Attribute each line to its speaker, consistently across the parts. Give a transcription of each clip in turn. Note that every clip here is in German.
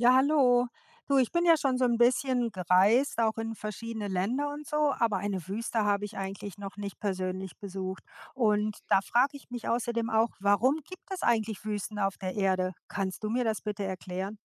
Speaker 1: Ja, hallo. Du, ich bin ja schon so ein bisschen gereist, auch in verschiedene Länder und so, aber eine Wüste habe ich eigentlich noch nicht persönlich besucht. Und da frage ich mich außerdem auch, warum gibt es eigentlich Wüsten auf der Erde? Kannst du mir das bitte erklären?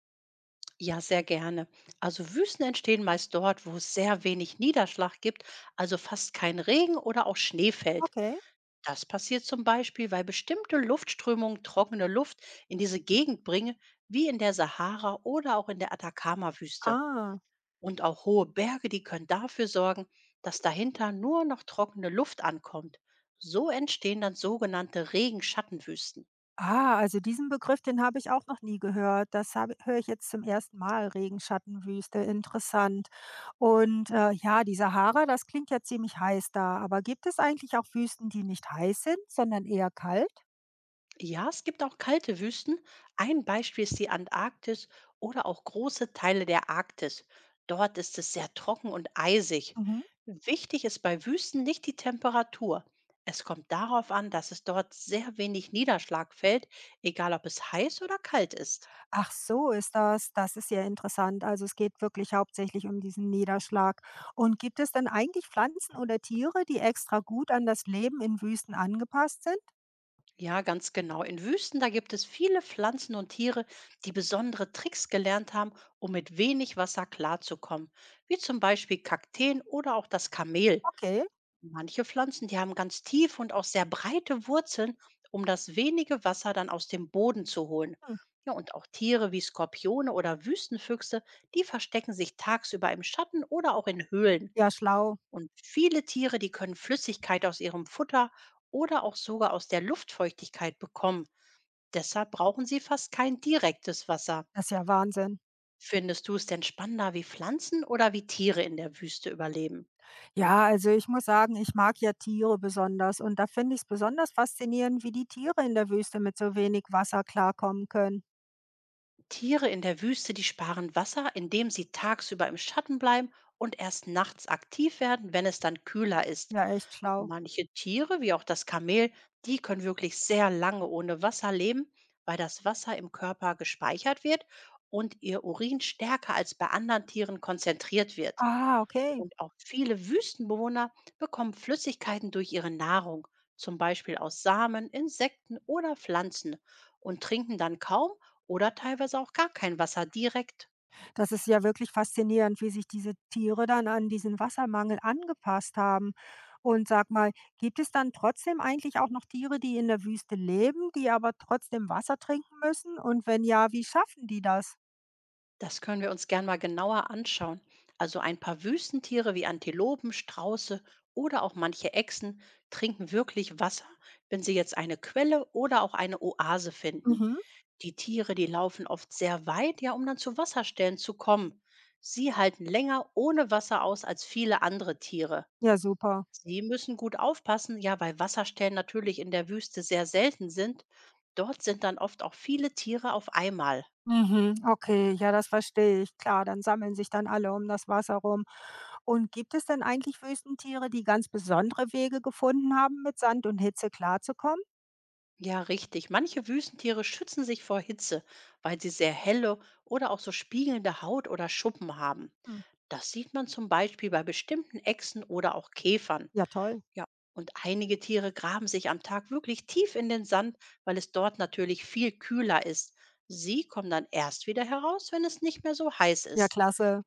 Speaker 2: Ja, sehr gerne. Also Wüsten entstehen meist dort, wo es sehr wenig Niederschlag gibt, also fast kein Regen oder auch Schnee fällt.
Speaker 1: Okay.
Speaker 2: Das passiert zum Beispiel, weil bestimmte Luftströmungen trockene Luft in diese Gegend bringen, wie in der Sahara oder auch in der Atacama-Wüste.
Speaker 1: Ah.
Speaker 2: Und auch hohe Berge, die können dafür sorgen, dass dahinter nur noch trockene Luft ankommt. So entstehen dann sogenannte Regenschattenwüsten.
Speaker 1: Ah, also diesen Begriff, den habe ich auch noch nie gehört. Das habe höre ich jetzt zum ersten Mal, Regenschattenwüste, interessant. Und, ja, die Sahara, das klingt ja ziemlich heiß da, aber gibt es eigentlich auch Wüsten, die nicht heiß sind, sondern eher kalt?
Speaker 2: Ja, es gibt auch kalte Wüsten. Ein Beispiel ist die Antarktis oder auch große Teile der Arktis. Dort ist es sehr trocken und eisig.
Speaker 1: Mhm.
Speaker 2: Wichtig ist bei Wüsten nicht die Temperatur. Es kommt darauf an, dass es dort sehr wenig Niederschlag fällt, egal ob es heiß oder kalt ist.
Speaker 1: Ach so ist das. Das ist ja interessant. Also es geht wirklich hauptsächlich um diesen Niederschlag. Und gibt es denn eigentlich Pflanzen oder Tiere, die extra gut an das Leben in Wüsten angepasst sind?
Speaker 2: Ja, ganz genau. In Wüsten, da gibt es viele Pflanzen und Tiere, die besondere Tricks gelernt haben, um mit wenig Wasser klarzukommen, wie zum Beispiel Kakteen oder auch das Kamel.
Speaker 1: Okay.
Speaker 2: Manche Pflanzen, die haben ganz tiefe und auch sehr breite Wurzeln, um das wenige Wasser dann aus dem Boden zu holen.
Speaker 1: Hm.
Speaker 2: Ja, und auch Tiere wie Skorpione oder Wüstenfüchse, die verstecken sich tagsüber im Schatten oder auch in Höhlen.
Speaker 1: Ja, schlau.
Speaker 2: Und viele Tiere, die können Flüssigkeit aus ihrem Futter oder auch sogar aus der Luftfeuchtigkeit bekommen. Deshalb brauchen sie fast kein direktes Wasser.
Speaker 1: Das ist ja Wahnsinn.
Speaker 2: Findest du es denn spannender, wie Pflanzen oder wie Tiere in der Wüste überleben?
Speaker 1: Ja, also ich muss sagen, ich mag ja Tiere besonders. Und da finde ich es besonders faszinierend, wie die Tiere in der Wüste mit so wenig Wasser klarkommen können.
Speaker 2: Tiere in der Wüste, die sparen Wasser, indem sie tagsüber im Schatten bleiben und erst nachts aktiv werden, wenn es dann kühler ist.
Speaker 1: Ja, echt schlau.
Speaker 2: Manche Tiere, wie auch das Kamel, die können wirklich sehr lange ohne Wasser leben, weil das Wasser im Körper gespeichert wird und ihr Urin stärker als bei anderen Tieren konzentriert wird.
Speaker 1: Ah, okay.
Speaker 2: Und auch viele Wüstenbewohner bekommen Flüssigkeiten durch ihre Nahrung, zum Beispiel aus Samen, Insekten oder Pflanzen, und trinken dann kaum oder teilweise auch gar kein Wasser direkt.
Speaker 1: Das ist ja wirklich faszinierend, wie sich diese Tiere dann an diesen Wassermangel angepasst haben. Und sag mal, gibt es dann trotzdem eigentlich auch noch Tiere, die in der Wüste leben, die aber trotzdem Wasser trinken müssen? Und wenn ja, wie schaffen die das?
Speaker 2: Das können wir uns gern mal genauer anschauen. Also ein paar Wüstentiere wie Antilopen, Strauße oder auch manche Echsen trinken wirklich Wasser, wenn sie jetzt eine Quelle oder auch eine Oase finden.
Speaker 1: Mhm.
Speaker 2: Die Tiere, die laufen oft sehr weit, ja, um dann zu Wasserstellen zu kommen. Sie halten länger ohne Wasser aus als viele andere Tiere.
Speaker 1: Ja, super.
Speaker 2: Sie müssen gut aufpassen, ja, weil Wasserstellen natürlich in der Wüste sehr selten sind. Dort sind dann oft auch viele Tiere auf einmal.
Speaker 1: Mhm, okay, ja, das verstehe ich. Klar, dann sammeln sich dann alle um das Wasser rum. Und gibt es denn eigentlich Wüstentiere, die ganz besondere Wege gefunden haben, mit Sand und Hitze klarzukommen?
Speaker 2: Ja, richtig. Manche Wüstentiere schützen sich vor Hitze, weil sie sehr helle oder auch so spiegelnde Haut oder Schuppen haben.
Speaker 1: Hm.
Speaker 2: Das sieht man zum Beispiel bei bestimmten Echsen oder auch Käfern.
Speaker 1: Ja, toll.
Speaker 2: Ja, und einige Tiere graben sich am Tag wirklich tief in den Sand, weil es dort natürlich viel kühler ist. Sie kommen dann erst wieder heraus, wenn es nicht mehr so heiß
Speaker 1: Ja,
Speaker 2: ist.
Speaker 1: klasse.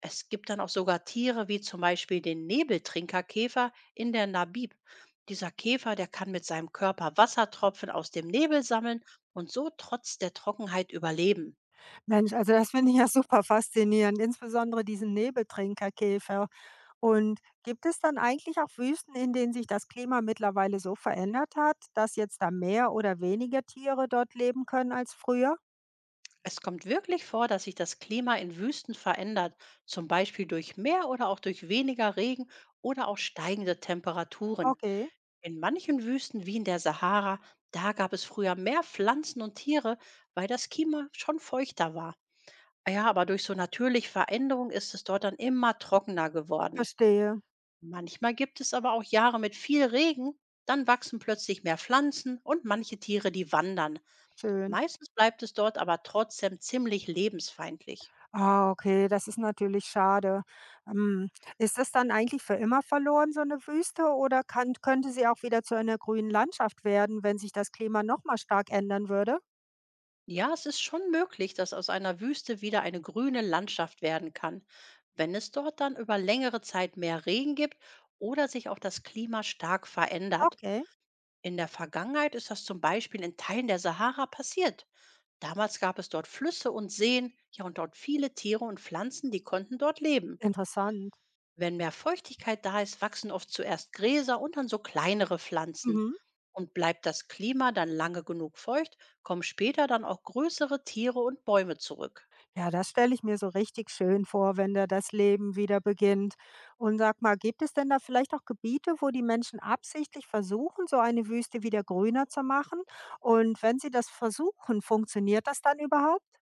Speaker 2: Es gibt dann auch sogar Tiere wie zum Beispiel den Nebeltrinkerkäfer in der Namib. Dieser Käfer, der kann mit seinem Körper Wassertropfen aus dem Nebel sammeln und so trotz der Trockenheit überleben.
Speaker 1: Mensch, also das finde ich ja super faszinierend, insbesondere diesen Nebeltrinkerkäfer. Und gibt es dann eigentlich auch Wüsten, in denen sich das Klima mittlerweile so verändert hat, dass jetzt da mehr oder weniger Tiere dort leben können als früher?
Speaker 2: Es kommt wirklich vor, dass sich das Klima in Wüsten verändert, zum Beispiel durch mehr oder auch durch weniger Regen oder auch steigende Temperaturen.
Speaker 1: Okay,
Speaker 2: In manchen Wüsten wie in der Sahara, da gab es früher mehr Pflanzen und Tiere, weil das Klima schon feuchter war. Ja, aber durch so natürliche Veränderung ist es dort dann immer trockener geworden.
Speaker 1: verstehe.
Speaker 2: Manchmal gibt es aber auch Jahre mit viel Regen, dann wachsen plötzlich mehr Pflanzen und manche Tiere, die wandern.
Speaker 1: Schön.
Speaker 2: Meistens bleibt es dort aber trotzdem ziemlich lebensfeindlich.
Speaker 1: Ah, okay, das ist natürlich schade. Ähm, ist das dann eigentlich für immer verloren, so eine Wüste, oder kann könnte sie auch wieder zu einer grünen Landschaft werden, wenn sich das Klima noch mal stark ändern würde?
Speaker 2: Ja, es ist schon möglich, dass aus einer Wüste wieder eine grüne Landschaft werden kann, wenn es dort dann über längere Zeit mehr Regen gibt oder sich auch das Klima stark verändert.
Speaker 1: Okay,
Speaker 2: In der Vergangenheit ist das zum Beispiel in Teilen der Sahara passiert. Damals gab es dort Flüsse und Seen, ja und dort viele Tiere und Pflanzen, die konnten dort leben.
Speaker 1: interessant.
Speaker 2: Wenn mehr Feuchtigkeit da ist, wachsen oft zuerst Gräser und dann so kleinere Pflanzen.
Speaker 1: Mhm.
Speaker 2: Und bleibt das Klima dann lange genug feucht, kommen später dann auch größere Tiere und Bäume zurück.
Speaker 1: Ja, das stelle ich mir so richtig schön vor, wenn da das Leben wieder beginnt. Und sag mal, gibt es denn da vielleicht auch Gebiete, wo die Menschen absichtlich versuchen, so eine Wüste wieder grüner zu machen? Und wenn sie das versuchen, funktioniert das dann überhaupt?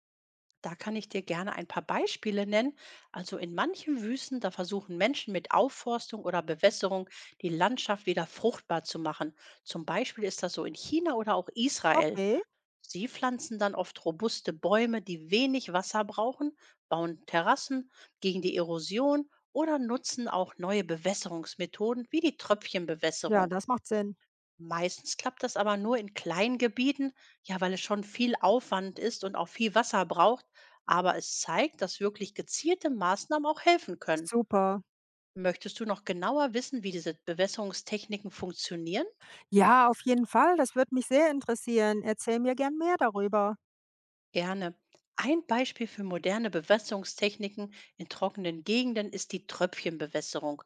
Speaker 2: Da kann ich dir gerne ein paar Beispiele nennen. Also in manchen Wüsten, da versuchen Menschen mit Aufforstung oder Bewässerung die Landschaft wieder fruchtbar zu machen. Zum Beispiel ist das so in China oder auch Israel.
Speaker 1: Okay,
Speaker 2: Sie pflanzen dann oft robuste Bäume, die wenig Wasser brauchen, bauen Terrassen gegen die Erosion oder nutzen auch neue Bewässerungsmethoden wie die
Speaker 1: ja,
Speaker 2: Tröpfchenbewässerung.
Speaker 1: das macht Sinn.
Speaker 2: Meistens klappt das aber nur in kleinen Gebieten, ja, weil es schon viel Aufwand ist und auch viel Wasser braucht, aber es zeigt, dass wirklich gezielte Maßnahmen auch helfen können.
Speaker 1: Super.
Speaker 2: Möchtest du noch genauer wissen, wie diese Bewässerungstechniken funktionieren?
Speaker 1: Ja, auf jeden Fall. Das würde mich sehr interessieren. Erzähl mir gern mehr darüber.
Speaker 2: Gerne. Ein Beispiel für moderne Bewässerungstechniken in trockenen Gegenden ist die Tröpfchenbewässerung.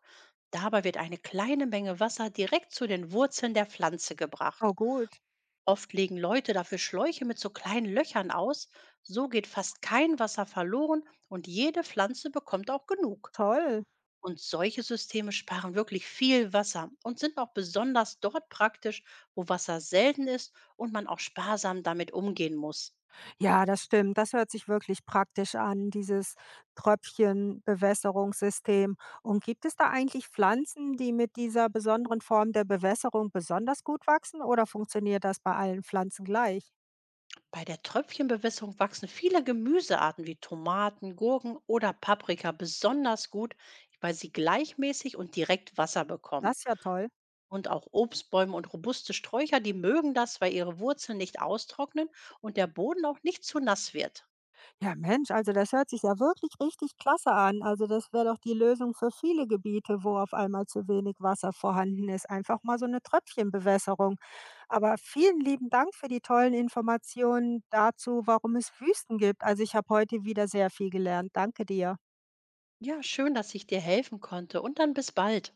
Speaker 2: Dabei wird eine kleine Menge Wasser direkt zu den Wurzeln der Pflanze
Speaker 1: Oh
Speaker 2: gebracht.
Speaker 1: gut,
Speaker 2: Oft legen Leute dafür Schläuche mit so kleinen Löchern aus. So geht fast kein Wasser verloren und jede Pflanze bekommt auch genug.
Speaker 1: toll.
Speaker 2: Und solche Systeme sparen wirklich viel Wasser und sind auch besonders dort praktisch, wo Wasser selten ist und man auch sparsam damit umgehen muss.
Speaker 1: Ja, das stimmt. Das hört sich wirklich praktisch an, dieses Tröpfchenbewässerungssystem. Und gibt es da eigentlich Pflanzen, die mit dieser besonderen Form der Bewässerung besonders gut wachsen oder funktioniert das bei allen Pflanzen gleich?
Speaker 2: Bei der Tröpfchenbewässerung wachsen viele Gemüsearten wie Tomaten, Gurken oder Paprika besonders gut, weil sie gleichmäßig und direkt Wasser bekommen.
Speaker 1: Das ist ja toll.
Speaker 2: Und auch Obstbäume und robuste Sträucher, die mögen das, weil ihre Wurzeln nicht austrocknen und der Boden auch nicht zu nass wird.
Speaker 1: Ja, Mensch, also das hört sich ja wirklich richtig klasse an. Also das wäre doch die Lösung für viele Gebiete, wo auf einmal zu wenig Wasser vorhanden ist. Einfach mal so eine Tröpfchenbewässerung. Aber vielen lieben Dank für die tollen Informationen dazu, warum es Wüsten gibt. Also ich habe heute wieder sehr viel gelernt. Danke dir.
Speaker 2: Ja, schön, dass ich dir helfen konnte und dann bis bald.